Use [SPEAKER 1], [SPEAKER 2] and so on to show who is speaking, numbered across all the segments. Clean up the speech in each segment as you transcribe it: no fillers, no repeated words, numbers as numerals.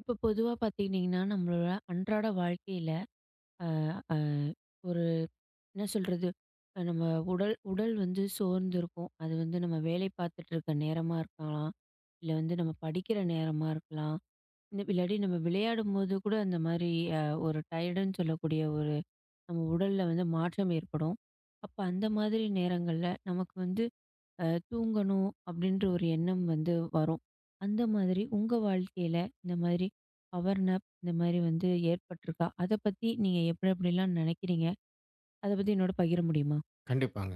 [SPEAKER 1] இப்போ பொதுவா பார்த்துக்கிட்டிங்கன்னா, நம்மளோட அன்றாட வாழ்க்கையில அ அ ஒரு என்ன சொல்றது? நம்ம உடல் உடல் வந்து சோர்ந்திருக்கும். அது வந்து நம்ம வேலை பார்த்துட்டு இருக்க நேரமா இருக்கலாம். இல்ல வந்து நம்ம படிக்கிற நேரமா இருக்கலாம். இந்த இல்லாட்டி நம்ம விளையாடும்போது கூட அந்த மாரி அ ஒரு டயர்டுன்னு சொல்லக்கூடிய ஒரு நம்ம உடல்ல வந்து மாற்றம் ஏற்படும். அப்ப அந்த மாதிரி நேரங்கள்ல நமக்கு வந்து தூங்கணும் அப்படின்ற ஒரு எண்ணம் வந்து வரும். அந்த மாதிரி உங்க வாழ்க்கையில இந்த மாதிரி பவர் நேப் இந்த மாதிரி வந்து ஏற்பட்டிருக்கா? அத பத்தி நீங்க எப்படி எப்படிலாம் நினைக்கிறீங்க? அத பத்தி என்னோட பகிர முடியுமா?
[SPEAKER 2] கண்டிப்பாங்க.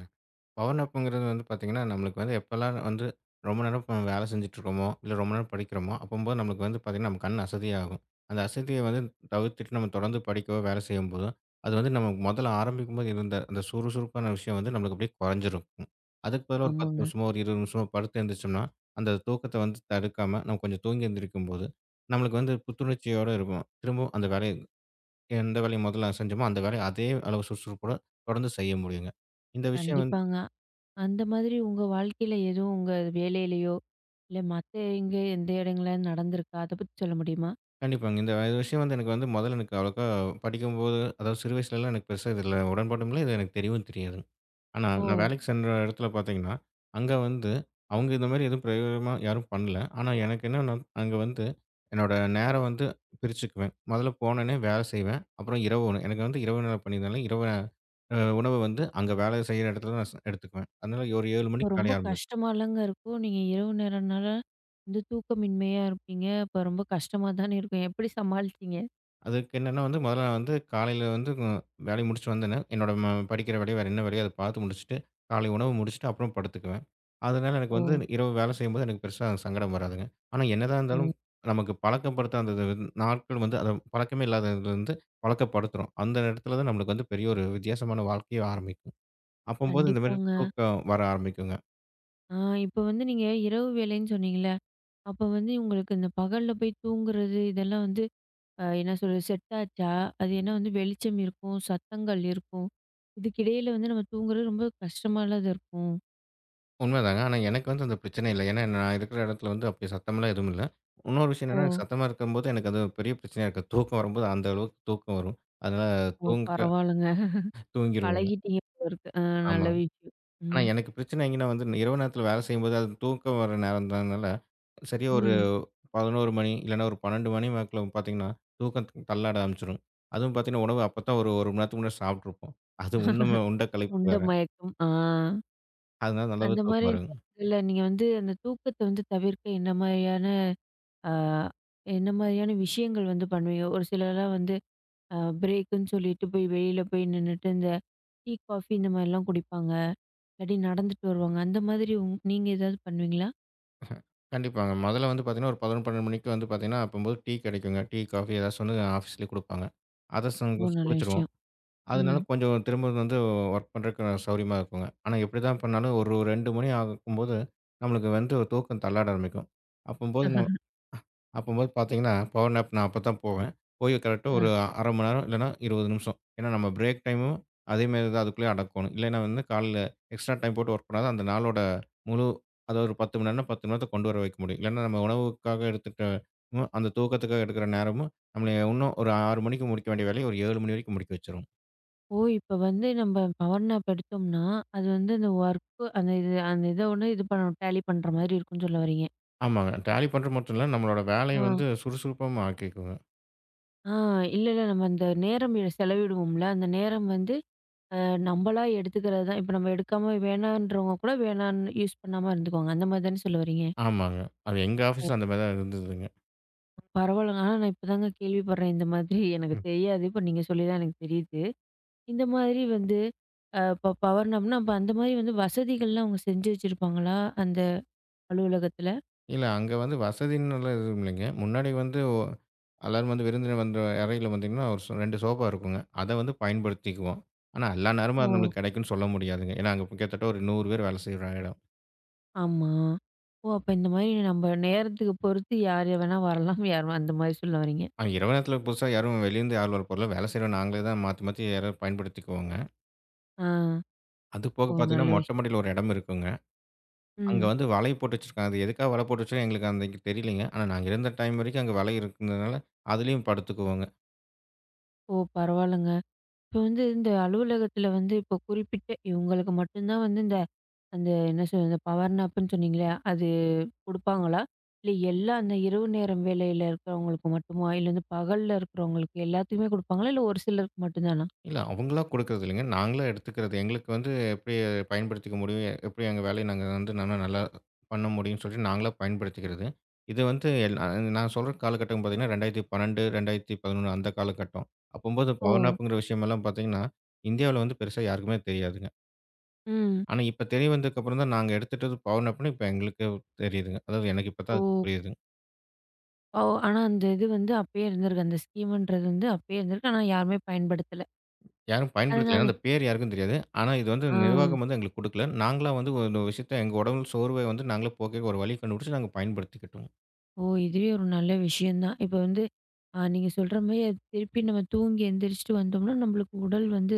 [SPEAKER 2] பவர் நாப்புங்கிறது வந்து பார்த்தீங்கன்னா, நம்மளுக்கு வந்து எப்பலாம் வந்து ரொம்ப நேரம் இப்ப வேலை செஞ்சுட்டுருக்கோமோ, இல்ல ரொம்ப நேரம் படிக்கிறோமோ, அப்பம்போது நம்மளுக்கு வந்து பார்த்தீங்கன்னா, நம்ம கண் அசதியாகும். அந்த அசதிய வந்து தவிர்த்துட்டு நம்ம தொடர்ந்து படிக்கவோ, வேலை செய்யும்போதோ, அது வந்து நம்ம முதல்ல ஆரம்பிக்கும்போது இருந்த அந்த சுறுசுறுப்பான விஷயம் வந்து நம்மளுக்கு அப்படியே குறைஞ்சிருக்கும். அதுக்கு பதிலா ஒரு 10
[SPEAKER 1] ஆமாங்க.
[SPEAKER 2] நிமிஷமோ, ஒரு 20 நிமிஷமோ படுத்து எந்திரிச்சோம்னா, அந்த தூக்கத்த வந்து தடுக்காம நம்ம கொஞ்சம் தூங்கி எந்திரிக்கும்போது, நம்மளுக்கு வந்து புத்துணர்ச்சியோட இருக்கும். திரும்பவும் அந்த வேலைய எந்த வேலைய முதல்ல செஞ்சோமோ, அந்த வேலைய அதே அளவு சுறுசுறுப்போட தொடர்ந்து செய்ய முடியுங்க. இந்த விஷயம் வந்து
[SPEAKER 1] கண்டிப்பாங்க. அந்த மாதிரி உங்க வாழ்க்கையில எதுவும் உங்க வேலையிலயோ, இல்ல மத்த எங்க எந்த இடங்கள்ல நடந்திருக்கா? அத பத்தி சொல்ல முடியுமா?
[SPEAKER 2] கண்டிப்பாங்க. இந்த இது விஷயம் வந்து எனக்கு வந்து முதல்ல எனக்கு அவ்வளோக்கா படிக்கும்போது, அதாவது சிறு வயசுலலாம் எனக்கு பெருசா இதுல உடன்பாடும் இல்ல. இது எனக்கு தெரியவும் தெரியாதுங்க. ஆனா, நான்
[SPEAKER 1] ஓ!
[SPEAKER 2] வேலைக்கு சென்ற இடத்துல பார்த்தீங்கன்னா, அங்க வந்து அவங்க இந்த மாரி எதுவும் பிரயோகமா யாரும் பண்ணல. ஆனா, எனக்கு என்னன்னா, அங்க வந்து என்னோட நேரம் வந்து பிரிச்சுக்குவேன். முதல்ல போனோனே வேலை செய்வேன். அப்புறம் இரவு உணவு. எனக்கு வந்து இரவு நேர பணினால, இரவு உணவு வந்து அங்க வேலை செய்ற இடத்துல தான் நான் எடுத்துக்குவேன். அதனால ஒரு 7
[SPEAKER 1] அப்போ
[SPEAKER 2] மணிக்கு
[SPEAKER 1] ரொம்ப
[SPEAKER 2] வேலைய ஆரம்பி.
[SPEAKER 1] கஷ்டமாலங்க இருக்கும். நீங்க இரவு நேரம்னால வந்து தூக்கமின்மையா இருப்பீங்க. அப்ப ரொம்ப கஷ்டமா தானே இருக்கும். எப்படி சமாளிச்சீங்க?
[SPEAKER 2] அதுக்கு என்னன்னா வந்து முதல்ல நான் வந்து காலையில வந்து வேலைய முடிச்சுட்டு வந்தோனே, என்னோட படிக்கிற வேலையோ, வேற என்ன வேலையோ அத பார்த்து முடிச்சுட்டு, காலை உணவு முடிச்சுட்டு அப்புறம் படுத்துக்குவேன். அதனால எனக்கு
[SPEAKER 1] ஓ!
[SPEAKER 2] வந்து இரவு வேலை செய்யும்போது எனக்கு பெருசா சங்கடம் வராதுங்க. ஆனா என்னதான்
[SPEAKER 1] ஓ!
[SPEAKER 2] இருந்தாலும் நமக்கு பழக்கப்படுத்த அந்த இது வந்து- நாட்கள் வந்து அத பழக்கமே இல்லாததுலருந்து பழக்கப்படுத்துறோம். அந்த இடத்துல தான் நம்மளுக்கு வந்து பெரிய ஒரு வித்தியாசமான வாழ்க்கையே ஆரம்பிக்கும். அப்பம்போது இந்த மாரி
[SPEAKER 1] கண்டிப்பாங்க.
[SPEAKER 2] தூக்கம் வர ஆரம்பிக்குங்க.
[SPEAKER 1] ஆ, இப்ப வந்து நீங்க இரவு வேலைன்னு சொன்னீங்கல்ல, அப்ப வந்து உங்களுக்கு இந்த பகல்ல போய் தூங்குறது இதெல்லாம் வந்து என்ன சொல்றது, செட் ஆச்சா? அது ஏன்னா வந்து வெளிச்சம் இருக்கும், சத்தங்கள் இருக்கும். இதுக்கிடையில வந்து நம்ம தூங்குறது ரொம்ப கஷ்டமால தான் இருக்கும்.
[SPEAKER 2] உண்மைதாங்க. ஆனா எனக்கு வந்து அந்த பிரச்சனை இல்ல. ஏன்னா, நான் இருக்கிற இடத்துல வந்து அப்படி சத்தமெல்லாம் எதுவும் இல்ல. இன்னொரு விஷயம்
[SPEAKER 1] ஓ!
[SPEAKER 2] என்னன்னா, எனக்கு சத்தமா இருக்கும்போது எனக்கு அது பெரிய பிரச்சனையா இருக்காது. தூக்கம் வரும்போது அந்த அளவுக்கு தூக்கம் வரும். அதனால
[SPEAKER 1] ஓ!
[SPEAKER 2] தூங்க
[SPEAKER 1] பரவால்லங்க.
[SPEAKER 2] தூங்கிருவேங்க.
[SPEAKER 1] பழகிட்டீங்க போல இருக்கு. ஆ, நல்ல
[SPEAKER 2] ஆமா.
[SPEAKER 1] விஷயம்.
[SPEAKER 2] ஆனா
[SPEAKER 1] ம்.
[SPEAKER 2] எனக்கு பிரச்சனை எங்கன்னா வந்து இரவு நேரத்தில வேலை செய்யும்போது அது தூக்கம் வர நேரம்ன்றதுனால, சரியா ஒரு
[SPEAKER 1] ம்.
[SPEAKER 2] 11 மணி இல்லன்னா ஒரு 12 மணி வாக்குல பார்த்தீங்கன்னா, தூக்கம் தள்ளாட ஆரம்பிச்சுரும். அதுவும் பார்த்தீங்கன்னா, உணவு அப்ப தான் ஒரு 1 மணி நேரத்துக்கு முன்னாடி சாப்பிட்டுருப்போம். அது உண்ணும உண்ட களைப்பு
[SPEAKER 1] உண்ட
[SPEAKER 2] வேற.
[SPEAKER 1] மயக்கம். ஆ,
[SPEAKER 2] அதனால நல்லாவே
[SPEAKER 1] அந்த மாரி
[SPEAKER 2] தூக்கம் வருங்க.
[SPEAKER 1] நேரங்கள்ல நீங்க வந்து அந்த தூக்கத்த வந்து தவிர்க்க என்ன மாரியான, ஆ, என்ன மாரியான விஷயங்கள் வந்து பண்ணுவீங்க? ஒரு சிலர்லாம் வந்து பிரேக்குன்னு சொல்லிட்டு போய் வெளியில போய் நின்னுட்டு, இந்த டீ, காஃபி இந்த மாரிலாம் குடிப்பாங்க. இல்லாட்டி நடந்துட்டு வருவாங்க. அந்த மாதிரி உங் நீங்க ஏதாவது பண்ணுவீங்களா?
[SPEAKER 2] கண்டிப்பாங்க. மொதல்ல வந்து பார்த்தீங்கன்னா, ஒரு 11, 12 மணிக்கு வந்து பார்த்தீங்கன்னா, அப்பம்போது டீ கிடைக்குங்க. டீ, காஃபி ஏதாச்சும் ஒண்ணு ஆஃபீஸ்லயே குடுப்பாங்க. அத
[SPEAKER 1] ஓ!
[SPEAKER 2] சங்க
[SPEAKER 1] நல்ல
[SPEAKER 2] குடிச்சுருவோம்.
[SPEAKER 1] விஷயம்.
[SPEAKER 2] அதனால
[SPEAKER 1] ம்.
[SPEAKER 2] கொஞ்சம் திரும்ப வந்து ஒர்க் பண்றதுக்கு சௌரியமா இருக்குங்க. ஆனா எப்படி தான் பண்ணாலும் ஒரு 2 மணி ஆகும்போது, நம்மளுக்கு வந்து ஒரு தூக்கம் தள்ளாட ஆரம்பிக்கும். அப்பம்போது நம்ம அப்பம்போது பார்த்தீங்கன்னா, பவர் நேப் நான் அப்பதான் போவேன். போய் கரெக்ட்டா
[SPEAKER 1] அ
[SPEAKER 2] ஒரு 1/2 மணி நேரம் இல்லன்னா 20 நிமிஷம். ஏன்னா நம்ம பிரேக் டைமும் அதே மாரி தான் அதுக்குள்ளயே அடக்கணும். இல்லன்னா வந்து காலைல எக்ஸ்ட்ரா டைம் போட்டு வொர்க் பண்ணாதான் அந்த நாளோட முழு அதாவது ஒரு 10 மணி நேரம்னா 10 மணி நேரத்த கொண்டு வர வைக்க முடியும். இல்லன்னா நம்ம உணவுக்காக எடுத்துக்கிட்ட அந்த தூக்கத்துக்காக எடுக்கிற நேரமும் நம்மள இன்னும் ஒரு 6 மணிக்கு முடிக்க வேண்டிய வேலைய ஒரு 7 மணி வரைக்கும் முடிக்க வச்சுரும்.
[SPEAKER 1] ஓ! இப்ப வந்து நம்ம பவர் நாப் எடுத்தோம்னா, அது வந்து அந்த ஒர்க் அந்த இது அந்த இத ஒண்ணு இது பண்ண டேலி பண்ற மாதிரி இருக்குன்னு சொல்ல வர்றீங்க.
[SPEAKER 2] ஆமாங்க. டேலி பண்றது மட்டும் இல்ல, நம்மளோட வேலைய வந்து
[SPEAKER 1] ஆ.
[SPEAKER 2] சுறுசுறுப்பாவும் ஆக்கிக்குங்க.
[SPEAKER 1] ஆ, இல்ல, இல்ல நம்ம அந்த நேரம் செலவிடுவோம்ல, அந்த நேரம் வந்து அ நம்மளா எடுத்துக்கிறது தான். இப்ப நம்ம எடுக்காம வேணான்றவங்க கூட வேணான்னு யூஸ் பண்ணாம இருந்துக்குவாங்க. அந்த மாதிரி தானே சொல்ல வர்றீங்க?
[SPEAKER 2] ஆமாங்க. அது எங்க ஆஃபீஸ்ல அந்த மாரி தான் இருந்ததுங்க.
[SPEAKER 1] பரவாயில்லங்க. ஆனா நான் இப்பதாங்க கேள்விப்படுறேன். இந்த மாதிரி எனக்கு தெரியாது. இப்ப நீங்க சொல்லி தான் எனக்கு தெரியுது. இந்த மாதிரி வந்து இப்ப பவர் நாப்னா, அப்ப அந்த மாரி வந்து வசதிகள்லாம் அவங்க செஞ்சு வச்சிருப்பாங்களா? அந்த அலுவலகத்துல?
[SPEAKER 2] இல்ல. அங்க வந்து வசதின்னுலாம் எதுவும் இல்லைங்க. முன்னாடி வந்து எல்லாரும் வந்து விருந்தினர் வந்த அறையில வந்தீங்கன்னா, ஒரு 2 சோஃபா இருக்குங்க. அத வந்து பயன்படுத்திக்குவோம். ஆனா, எல்லா நேரமும் அது
[SPEAKER 1] ஓ!
[SPEAKER 2] நம்மளுக்கு கிடைக்கும்னு சொல்ல முடியாதுங்க. ஏன்னா, அங்க கிட்டத்தட்ட ஒரு 100 பேர் வேலை செய்ற இடம்.
[SPEAKER 1] ஆமா. ஓ! அப்ப இந்த மாரி நம்ம நேரத்துக்கு பொறுத்து யார் வேணா வரலாம். அந்த மாரி சொல்ல வர்றீங்க.
[SPEAKER 2] இரவு நேரத்தில புதுசா யாரும் வெளியிருந்து யாரும் வர போறதில்ல. வேலை செய்ற நாங்களே தான் மாத்தி, மாத்தி யாராவது பயன்படுத்திக்குவோங்க.
[SPEAKER 1] ஆ.
[SPEAKER 2] அது போக
[SPEAKER 1] ஓ! நல்ல
[SPEAKER 2] பார்த்தீங்கன்னா, மொட்டை
[SPEAKER 1] விஷயம்.
[SPEAKER 2] மாடியில ஒரு இடம் இருக்குங்க. அங்க
[SPEAKER 1] ம்.
[SPEAKER 2] வந்து வலை போட்டு வச்சிருக்காங்க. அது எதுக்காக வலை போட்டு வச்சிருக்காங்கன்னு எங்களுக்கு அன்னைக்கு தெரியலைங்க. ஆனா, நாங்க இருந்த டைம் வரைக்கும் அங்க வலை இருந்ததுனால, அதிலயும் படுத்துக்குவோங்க.
[SPEAKER 1] ஓ! பரவாயில்லங்க. இப்ப வந்து இந்த அலுவலகத்துல வந்து இப்ப குறிப்பிட்ட இவங்களுக்கு மட்டும் தான் வந்து இந்த அந்த என்ன சொல்றது? இந்த பவர் நாப்ன்னு சொன்னீங்களே, அது குடுப்பாங்களா? இல்ல எல்லா அந்த இரவு நேரம் வேலையில இருக்கிறவங்களுக்கு மட்டுமா? இல்ல வந்து பகல்ல இருக்கிறவங்களுக்கு எல்லாத்துக்குமே குடுப்பாங்களா? இல்ல ஒரு சிலருக்கு மட்டும் தானா?
[SPEAKER 2] இல்ல. அவங்களா குடுக்குறது இல்லங்க. நாங்களா எடுத்துக்கிறது. எங்களுக்கு வந்து எப்படி பயன்படுத்திக்க முடியும்? எப்படி எங்க வேலைய நாங்க வந்து நல்லா நல்லா பண்ண முடியும்ன்னு சொல்லிட்டு நாங்களா பயன்படுத்திக்கிறது. இது வந்து எல் அ நான் சொல்ற காலகட்டம் பார்த்தீங்கன்னா, 2012, 2011 அந்த காலகட்டம். அப்பம்போது
[SPEAKER 1] ஓ!
[SPEAKER 2] பவர் நாப்ங்கிற விஷயமெல்லாம் பார்த்தீங்கன்னா, இந்தியாவுல வந்து பெருசா யாருக்குமே தெரியாதுங்க.
[SPEAKER 1] ம்.
[SPEAKER 2] ஆனா இப்ப தெரிய வந்ததுக்கப்புறம் தான் நாங்க எடுத்துட்டது பவர் நாப்ன்னு இப்ப எங்களுக்கு தெரியுதுங்க. அதாவது எனக்கு இப்ப
[SPEAKER 1] ஓ!
[SPEAKER 2] தான் அது புரியுதுங்க.
[SPEAKER 1] ஓ! ஆனா அந்த இது வந்து அப்பயே இருந்திருக்கு. அந்த ஸ்கீம்ன்றது வந்து அப்பயே இருந்திருக்கு. ஆனா யாருமே பயன்படுத்தல.
[SPEAKER 2] யாரும் பயன்படுத்தல. ஏன்னா,
[SPEAKER 1] அதனால
[SPEAKER 2] அந்த பேர் யாருக்கும் தெரியாது. ஆனா, இது வந்து
[SPEAKER 1] ஆ.
[SPEAKER 2] நிர்வாகம் வந்து எங்களுக்கு குடுக்கல. நாங்களா வந்து ஒரு விஷயத்த எங்க உடல் சோர்வை வந்து நாங்களே போக்க ஒரு வழி கண்டுபிடிச்சு நாங்க பயன்படுத்திக்கிட்டோம்.
[SPEAKER 1] ஓ! இதுவே ஒரு நல்ல விஷயம் தான். இப்ப வந்து நீங்க சொல்ற மாரி அது திருப்பி நம்ம தூங்கி எந்திரிச்சுட்டு வந்தோம்னா, நம்மளுக்கு உடல் வந்து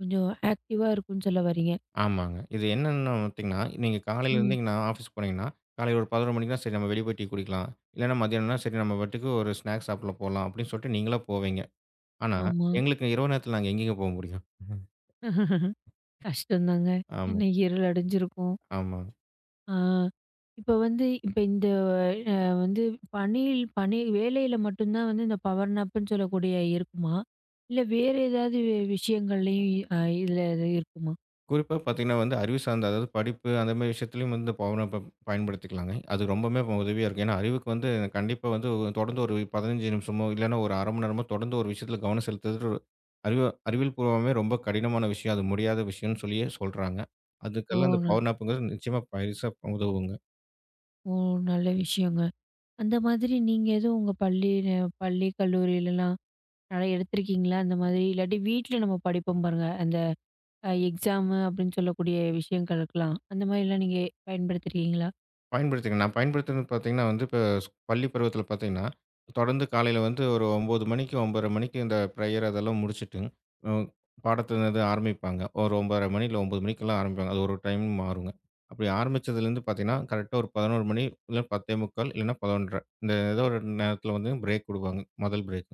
[SPEAKER 1] கொஞ்சம் ஆக்டிவா இருக்கும்ன்னு சொல்ல வர்றீங்க.
[SPEAKER 2] ஆமாங்க. இது என்னன்னு பாத்தீங்கன்னா, நீங்க காலையில இருந்து
[SPEAKER 1] ம்.
[SPEAKER 2] இங்க நான் ஆஃபீஸ் போனீங்கன்னா, காலையில ஒரு 11 மணிக்குனா, சரி நம்ம வெளிய போய் டீ குடிக்கலாம். இல்லன்னா மதியானம்னா, சரி நம்ம பாட்டுக்கு ஒரு ஸ்நாக்ஸ் சாப்பிட போலாம் அப்படின்னு சொல்லிட்டு நீங்களா போவீங்க. ஆனா,
[SPEAKER 1] ஆமா.
[SPEAKER 2] எங்களுக்கு இரவு நேரத்தில நாங்க எங்கேங்க போ முடியும்?
[SPEAKER 1] கஷ்டம் தாங்க.
[SPEAKER 2] ஆமா,
[SPEAKER 1] ஏன்னா இருள் அடைஞ்சிருக்கும்.
[SPEAKER 2] ஆமா.
[SPEAKER 1] ஆ. இப்ப வந்து இப்ப இந்த அ வந்து பணியில் பணி வேலையில மட்டும் தான் வந்து இந்த பவர் நாப்ன்னு சொல்லக்கூடிய இருக்குமா? இல்ல வேற ஏதாவது விஷயங்கள்லயும் இதுல இது இருக்குமா?
[SPEAKER 2] குறிப்பா பார்த்தீங்கன்னா வந்து அறிவு சார்ந்த, அதாவது படிப்பு அந்த மாரி விஷயத்துலயும் வந்து பவன ப பயன்படுத்திக்கலாங்க. அது ரொம்பவுமே உதவியா இருக்கும். ஏன்னா அறிவுக்கு வந்து கண்டிப்பா வந்து ஒரு- தொடர்ந்து ஒரு 15 நிமிஷமோ, இல்லன்னா ஒரு 1/2 மணி நேரமோ தொடர்ந்து ஒரு விஷயத்துல கவனம் செலுத்துறது ஒரு அறிவு அறிவியல் பூர்வமே ரொம்ப கடினமான விஷயம். அது முடியாத விஷயம்னு சொல்லியே சொல்றாங்க.
[SPEAKER 1] ஓ!
[SPEAKER 2] அதுக்கெல்லாம் அந்த
[SPEAKER 1] ந
[SPEAKER 2] பவர் நாப்ங்கிறது நிச்சயமா பெருசா உதவுங்க.
[SPEAKER 1] ஓ! நல்ல விஷயங்க. அந்த மாதிரி நீங்க எதுவும் உங்க பள்ளி, கல்லூரியிலலாம் நெறைய எடுத்திருக்கீங்களா? அந்த மாதிரி இல்லாட்டி வீட்ல நம்ம படிப்போம் பாருங்க. அந்த எக்ஸாமு அப்படின்னு சொல்லக்கூடிய விஷயங்களுக்கெல்லாம். அந்த மாதிரிலாம் நீங்க பயன்படுத்திருக்கீங்களா?
[SPEAKER 2] பயன்படுத்தியிருக்கேன். நான் பயன்படுத்தினது பார்த்தீங்கன்னா வந்து, இப்ப பள்ளி பருவத்தில பார்த்தீங்கன்னா, தொடர்ந்து காலையில வந்து ஒரு 9 மணிக்கு, 9:30 மணிக்கு இந்த ப்ரேயர் அதெல்லாம் முடிச்சுட்டு, ம் பாடத்தில இது ஆரம்பிப்பாங்க. ஒரு 9:30 மணி இல்ல 9 மணிக்கெல்லாம் ஆரம்பிப்பாங்க. அது ஒரு டைம் மாறுங்க. அப்படி ஆரம்பிச்சதுலேருந்து பார்த்தீங்கன்னா, கரெக்ட்டா ஒரு 11 மணி, இல்ல 10:45 இல்லன்னா 11:30 இந்த ஏதோ ஒரு நேரத்தில வந்து பிரேக் விடுவாங்க. முதல் பிரேக்.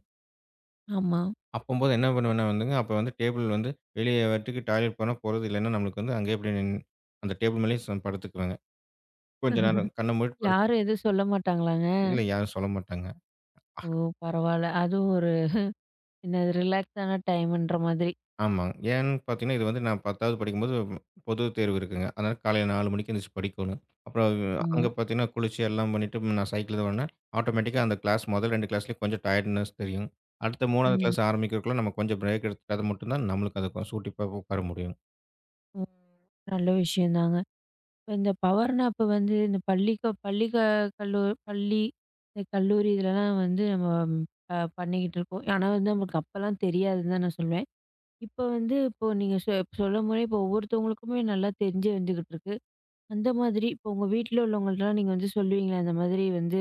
[SPEAKER 1] ஆமா.
[SPEAKER 2] அப்பம்போது என்ன பண்ணுவேன்னா வந்துங்க, அப்ப வந்து டேபிள் வந்து வெளிய வரைக்கும் டாய்லெட் போனா போறது, இல்லன்னா நம்மளுக்கு வந்து அங்கேயே அப்படியே அந்த டேபிள் மேலேயே படுத்துக்குவேங்க. கொஞ்ச நேரம் கண்ண மூடிட்டு
[SPEAKER 1] யாரும் எதுவும் சொல்ல மாட்டாங்களாங்க?
[SPEAKER 2] இல்ல யாரும் சொல்ல மாட்டாங்க.
[SPEAKER 1] ஓ!
[SPEAKER 2] அஹ்,
[SPEAKER 1] பரவால்ல. அதுவும் ஒரு என்னது ரிலாக்ஸான டைம்ன்ற மாதிரி.
[SPEAKER 2] ஆமாங்க. ஏன்னு பார்த்தீங்கன்னா, இது வந்து நான் 10வது படிக்கும்போது பொது தேர்வு இருக்குங்க. அதனால காலையில 4 மணிக்கு எந்திரிச்சு படிக்கணும். அப்புறம்
[SPEAKER 1] ஆமா.
[SPEAKER 2] அங்க பார்த்தீங்கன்னா, குளிச்சு எல்லாம் பண்ணிட்டு நான் சைக்கிள் தான் ஓட்டுனேன். ஆட்டோமேட்டிக்கா அந்த கிளாஸ் முதல் 2 கிளாஸ்லயும் கொஞ்சம் டயர்ட்னஸ் தெரியும். அடுத்த 3வது
[SPEAKER 1] ம்.
[SPEAKER 2] கிளாஸ் ஆரம்பிக்கிறதுக்குள்ள நம்ம கொஞ்சம் பிரேக் எடுத்துட்டா மட்டும் தான் நம்மளுக்கு அது சூட்டிப்பா உட்கார முடியும்.
[SPEAKER 1] ம். நல்ல விஷயந்தாங்க. இப்ப இந்த பவர் நாப் வந்து இந்த கல்லூ பள்ளி, இந்த கல்லூரி இதுலலாம் வந்து நம்ம பண்ணிக்கிட்டு இருக்கோம். ஆனா வந்து நமக்கு அப்பலாம் தெரியாதுன்னு தான் நான் சொல்வேன். இப்ப வந்து இப்போ நீங்க சொல்லும்போதே இப்போ ஒவ்வொருத்தவங்களுக்குமே நல்லா தெரிஞ்சு வந்துகிட்டு இருக்கு. அந்த மாதிரி இப்போ உங்க வீட்ல உள்ளவங்கள்ட்டலாம் நீங்க வந்து சொல்லுவீங்களா? இந்த மாதிரி வந்து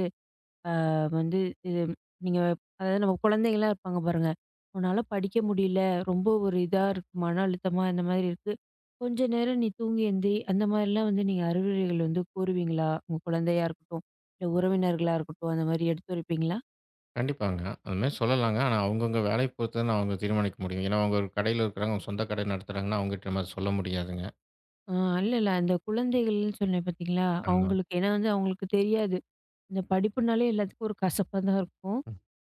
[SPEAKER 1] வந்து இது நீங்க அதாவது நம்ம குழந்தைங்கலாம் இருப்பாங்க பாருங்க. "உன்னால படிக்க முடியல. ரொம்ப ஒரு இதா இருக்கு. மன அழுத்தமா இந்த மாதிரி இருக்கு. கொஞ்ச நேரம் நீ தூங்கி எந்திரி." அந்த மாதிரிலாம் வந்து நீங்க அறிவுரைகள் வந்து கூறுவீங்களா? உங்க குழந்தையா இருக்கட்டும், இல்ல உறவினர்களா இருக்கட்டும், அந்த மாதிரி எடுத்துரைப்பீங்களா?
[SPEAKER 2] கண்டிப்பாங்க. அதுமாரி சொல்லலாங்க. ஆனா அவங்கவங்க வேலைய பொறுத்து தான் அவங்க தீர்மானிக்க முடியும். ஏன்னா, அவங்க ஒரு கடையில இருக்கிறாங்க, அவங்க சொந்த கடை நடத்துறாங்கன்னா அவங்ககிட்ட நம்ம சொல்ல முடியாதுங்க.
[SPEAKER 1] ஆ, இல்ல, இல்ல. அந்த குழந்தைகள்ன்னு சொன்னேன் பார்த்தீங்களா?
[SPEAKER 2] ஆமா.
[SPEAKER 1] அவங்களுக்கு ஏன்னா வந்து அவங்களுக்கு தெரியாது. இந்த படிப்புனாலே எல்லாத்துக்கும் ஒரு கசப்பா தான் இருக்கும்.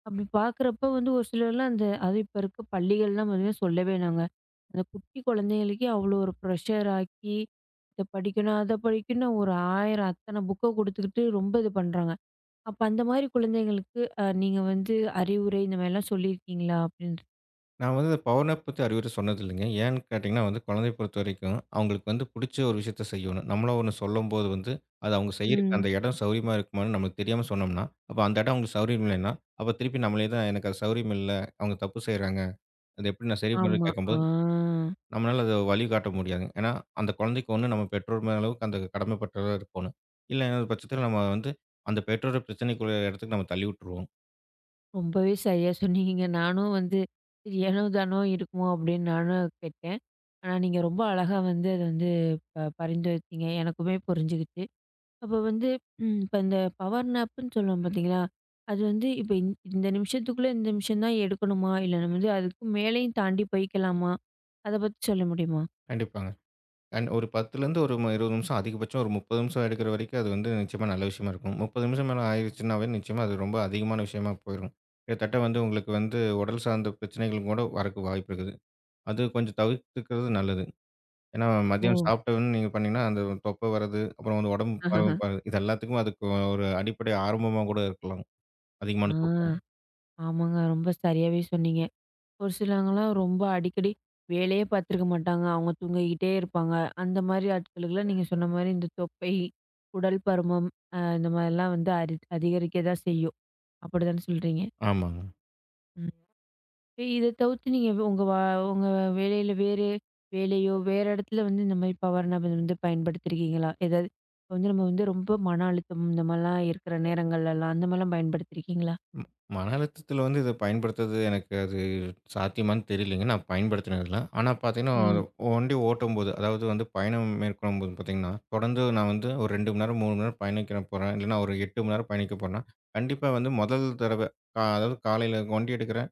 [SPEAKER 1] அப்படி பார்க்குறப்ப வந்து ஒரு சிலர்லாம் அந்த அதுவும் இப்ப இருக்க பள்ளிகள்லாம் பார்த்தீங்கன்னா சொல்லவே வேணாங்க. அந்த குட்டி குழந்தைகளுக்கே அவ்வளோ ஒரு ப்ரெஷர் ஆக்கி, இத படிக்கணும், அத படிக்கணும் ஒரு 1000 அத்தன புக்க குடுத்துக்கிட்டு ரொம்ப இது பண்றாங்க. அப்ப அந்த மாரி குழந்தைங்களுக்கு நீங்க வந்து அறிவுரை இந்த மாரிலாம் சொல்லியிருக்கீங்களா? அப்படின்ட்டு.
[SPEAKER 2] நான் வந்து பவர் நேப் பத்தி அறிவுரை சொன்னதில்லைங்க. ஏன்னு கேட்டீங்கன்னா வந்து, குழந்தைய பொறுத்தவரைக்கும், அவங்களுக்கு வந்து புடிச்ச ஒரு விஷயத்த செய்யணும். நம்மளா ஒண்ணு சொல்லும்போது வந்து, அது அவங்க செய்யறக்கு
[SPEAKER 1] ம்.
[SPEAKER 2] அந்த இடம் சௌரியமா இருக்குமான்னு நமக்கு தெரியாம சொன்னோம்னா, அப்ப அந்த இடம் அவங்களுக்கு சௌரியம் இல்லைன்னா, அப்ப திருப்பி நம்மளே தான் எனக்கு அது சௌரியம் இல்ல. அவங்க தப்பு செய்றாங்க. அத எப்படி நான் சரி பண்றேன்னு
[SPEAKER 1] ஆமா. ஆ,
[SPEAKER 2] கேட்கும்போது, நம்மளால அத வழிகாட்ட முடியாதுங்க. ஏன்னா, அந்த குழந்தைக்கு ஒண்ணு நம்ம பெற்றோர் மேல அளவுக்கு அந்த கடமைப்பட்டவரா இருக்கோணும். இல்லைங்கிற பட்சத்தில நம்ம வந்து, அந்த பெற்றோர பிரச்சனைக்குரிய இடத்துக்கு நம்ம தள்ளி விட்டுருவோம்.
[SPEAKER 1] ரொம்பவே சரியா சொன்னீங்க. நானும் வந்து சரி ஏனோ தானோ இருக்குமோ அப்படின்னு நானும் கேட்டேன். ஆனா, நீங்க ரொம்ப அழகா வந்து அத வந்து பரிந்துரைத்தீங்க. எனக்குமே புரிஞ்சுகிச்சு. அப்ப வந்து ம், இப்ப இந்த பவர் நேப்புன்னு சொல்லுவோம் பார்த்தீங்களா? அது வந்து இப்ப இந்த நிமிஷத்துக்குள்ள இந்த நிமிஷம் தான் எடுக்கணுமா? இல்ல நம்ம வந்து அதுக்கு மேலயும் தாண்டி போய்க்கலாமா? அத பத்தி சொல்ல முடியுமா?
[SPEAKER 2] கண்டிப்பாங்க. அண்ட் ஒரு 10லேருந்து ஒரு 20 நிமிஷம் அதிகபட்சம் ஒரு 30 நிமிஷம் எடுக்கிற வரைக்கும் அது வந்து நிச்சயமா நல்ல விஷயமா இருக்கும். 30 நிமிஷம் மேல ஆயிருச்சுன்னாவே நிச்சயமா அது ரொம்ப அதிகமான விஷயமா போயிரும். கிட்டத்தட்ட வந்து உங்களுக்கு வந்து உடல் சார்ந்த பிரச்சனைகளும் கூட வரக்கு வாய்ப்பு இருக்குது. அது கொஞ்சம் தவிர்த்துக்கிறது நல்லது. ஏன்னா
[SPEAKER 1] ஓ!
[SPEAKER 2] மதியம் சாப்பிட்ட உடனே நீங்க பண்ணீங்கன்னா, அந்த தொப்பை வர்றது, அப்புறம் வந்து உடம்பு பருமன் பரு- இது எல்லாத்துக்கும் அதுக்கு ஒரு அடிப்படை ஆரம்பமா கூட இருக்கலாம்.
[SPEAKER 1] ஆ,
[SPEAKER 2] அதிகமான தூக்கம்.
[SPEAKER 1] ஆமாங்க. ரொம்ப சரியாவே சொன்னீங்க. ஒரு சிலவங்கலாம் ரொம்ப அடிக்கடி வேலையே பார்த்துருக்க மாட்டாங்க. அவங்க தூங்கிக்கிட்டே இருப்பாங்க. அந்த மாரி ஆட்களுக்குலாம் நீங்க சொன்ன மாரி இந்த தொப்பை, உடல் பருமன் இந்த மாரிலாம் வந்து அரி அதிகரிக்க தான் செய்யும். அப்படிதானே சொல்றீங்க?
[SPEAKER 2] ஆமாங்க.
[SPEAKER 1] ம். இத தவிர்த்து நீங்க உங்க உங்க வேலையில வேறு வேலையோ, வேற இடத்துல வந்து இந்த மாரி பவர் நாப் வந்து பயன்படுத்தியிருக்கீங்களா? ஏதாவது இப்ப வந்து நம்ம வந்து ரொம்ப மன அழுத்தம் இந்த மாரிலாம் இருக்கிற நேரங்கள்லலாம் அந்த மாரிலாம் பயன்படுத்தியிருக்கீங்களா?
[SPEAKER 2] ம். மன அழுத்தத்தில வந்து இத பயன்படுத்துறது எனக்கு அது சாத்தியமான்னு தெரியலைங்க. நான் பயன்படுத்தினதில்ல. ஆனா பார்த்தீங்கன்னா,
[SPEAKER 1] ம்.
[SPEAKER 2] வண்டி ஓட்டும்போது, அதாவது வந்து பயணம் மேற்கொள்ளும்போது பார்த்தீங்கன்னா, தொடர்ந்து நான் வந்து ஒரு 2 மணி நேரம், 3 மணி நேரம் பயணிக்க போறேன். இல்லைன்னா ஒரு 8 மணி நேரம் பயணிக்க போறேன்னா, கண்டிப்பா வந்து முதல் தடவ அதாவது காலையில வண்டி எடுக்கிறேன்,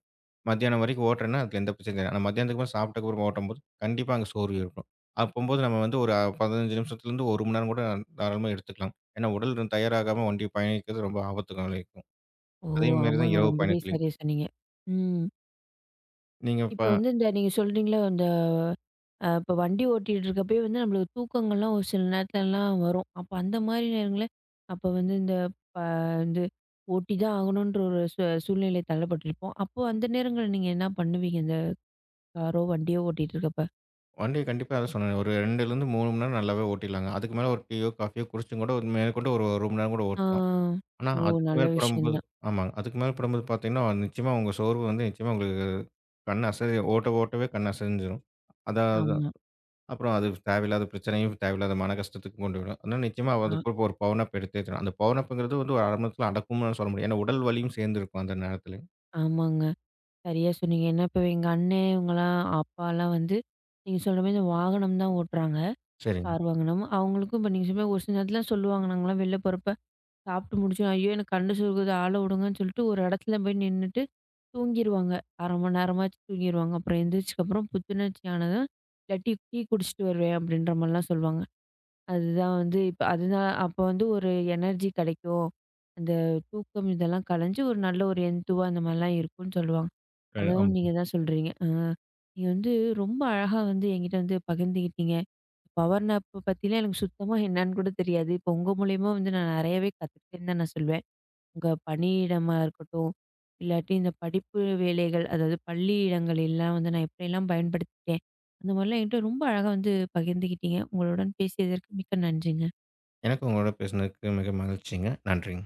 [SPEAKER 2] மத்தியானம் வரைக்கும் ஓட்டுறேன்னா அதுல எந்த பிரச்சனையும் இல்ல. ஆனா மத்தியானத்துக்கு மேல சாப்பிட்ட அப்புறம் ஓட்டும்போது, கண்டிப்பா அங்க சோர்வு இருக்கும். அப்பம்போது நம்ம வந்து ஒரு 15 நிமிஷத்துலேருந்து 1 மணி நேரம் கூட தாராளமா எடுத்துக்கலாம். ஏன்னா உடல் தயாராகாம வண்டி பயணிக்கிறது ரொம்ப ஆபத்துக்கு விளைவிக்கும்.
[SPEAKER 1] ஓ!
[SPEAKER 2] அதே மாரி தான்
[SPEAKER 1] ஆமாங்க.
[SPEAKER 2] இரவு
[SPEAKER 1] ரொம்பவே
[SPEAKER 2] பயணத்திலயும்.
[SPEAKER 1] சரியா சொன்னீங்க. ம்.
[SPEAKER 2] நீங்க இப்ப
[SPEAKER 1] இப்ப வந்து இந்த நீங்க சொல்றீங்கள்ல, அந்த இப்ப வண்டி ஓட்டிட்டு இருக்கப்பயே வந்து நம்மளுக்கு தூக்கங்கள்லாம் ஒரு சில நேரத்துலலாம் வரும். அப்ப அந்த மாரி நேரங்கள்ல, அப்ப வந்து இந்த ப வந்து ஓட்டி தான் ஆகணுன்ற ஒரு சூழ்நிலை தள்ளப்பட்டிருப்போம். அப்போ அந்த நேரங்கள்ல நீங்க என்ன பண்ணுவீங்க? இந்த காரோ, வண்டியோ ஓட்டிட்டு இருக்கப்ப?
[SPEAKER 2] வண்டிய கண்டிப்பா அதான் சொன்னேன். ஒரு 2லிருந்து 3 மணி நேரம் நல்லாவே ஓட்டிடலாங்க. அதுக்கு மேல ஒரு டீயோ, காஃபியோ குடிச்சும் கூட ஒரு மேற்கொண்டு ஒரு 1 மணி நேரம் கூட
[SPEAKER 1] ஆ.
[SPEAKER 2] ஓட்டலாம். ஆனா,
[SPEAKER 1] ஓ!
[SPEAKER 2] அதுக்கு
[SPEAKER 1] நல்ல
[SPEAKER 2] மேல
[SPEAKER 1] விஷயம்
[SPEAKER 2] படும்போது
[SPEAKER 1] தான்.
[SPEAKER 2] ஆமாங்க. அதுக்கு மேல படும்போது பார்த்தீங்கன்னா, நிச்சயமா உங்க சோர்வு வந்து நிச்சயமா உங்களுக்கு கண் அசை ஓட்ட ஓட்டவே கண் அசைஞ்சிரும். அதாவது
[SPEAKER 1] ஆமா.
[SPEAKER 2] அப்புறம் அது தேவையில்லாத பிரச்சனையும், தேவையில்லாத மன கஷ்டத்துக்கு கொண்டு போய்டும். அதனால நிச்சயமா
[SPEAKER 1] ஆ,
[SPEAKER 2] அதுக்கு ஒரு பவர் நாப் எடுத்தே தீரணும். அந்த பவர் நாப்ங்கிறது வந்து ஒரு 1/2 மணி நேரத்தில அடக்கும்னு சொல்ல முடியாது. ஏன்னா உடல் வலியும் சேர்ந்திருக்கும் அந்த நேரத்திலயும்.
[SPEAKER 1] ஆமாங்க. சரியா சொன்னீங்க. ஏன்னா, இப்ப எங்க அண்ணே இவங்கலாம், அப்பாலாம் வந்து நீங்க சொல்ற மாரி இந்த வாகனம் தான் ஓட்டுறாங்க.
[SPEAKER 2] சரிங்க.
[SPEAKER 1] கார் வாகனம். அவங்களுக்கும் இப்ப நீங்க சொன்ன மாரி ஒரு சில நேரத்துலலாம் சொல்லுவாங்க, நாங்கலாம் வெளில போறப்ப சாப்பிட்டு முடிச்சோம். ஐயோ! எனக்கு கண்ணு சொருகுது, ஆள விடுங்கன்னு சொல்லிட்டு ஒரு இடத்துல போய் நின்னுட்டு தூங்கிருவாங்க. 1/2 மணி நேரமாச்சு தூங்கிருவாங்க. அப்புறம் எந்திரிச்சதுக்கப்புறம் புத்துணர்ச்சி ஆனதும், "இல்ல டீ டீ குடிச்சிட்டு வருவேன்" அப்படின்ற மாரிலாம் சொல்லுவாங்க. அதுதான் வந்து இப்ப அதுதான் அப்போ வந்து ஒரு எனர்ஜி கிடைக்கும். அந்த தூக்கம் இதெல்லாம் கலைஞ்சு ஒரு நல்ல ஒரு எந்துவா அந்த மாரிலாம் இருக்கும்னு சொல்லுவாங்க. அதுவும்
[SPEAKER 2] ஆமா.
[SPEAKER 1] நீங்க தான் சொல்றீங்க. ஆ, நீங்க வந்து ரொம்ப அழகா வந்து என்கிட்ட வந்து பகிர்ந்துக்கிட்டீங்க. பவர் நாப் பத்திலாம் எனக்கு சுத்தமா என்னன்னு கூட தெரியாது. இப்போ உங்க மூலியமா வந்து நான் நெறையவே கத்துக்கிட்டேன்னு தான் நான் சொல்வேன். உங்க பணியிடமா இருக்கட்டும், இல்லாட்டி இந்த படிப்பு வேலைகள், அதாவது பள்ளி இடங்களெல்லாம் வந்து நான் எப்படியெல்லாம் பயன்படுத்திட்டேன், அந்த மாதிரிலாம் என்கிட்ட ரொம்ப அழகா வந்து பகிர்ந்துக்கிட்டீங்க. உங்களுடன் பேசியதற்கு மிக்க நன்றிங்க.
[SPEAKER 2] எனக்கும் உங்களோட பேசினதுக்கு மிக மகிழ்ச்சிங்க. நன்றிங்க.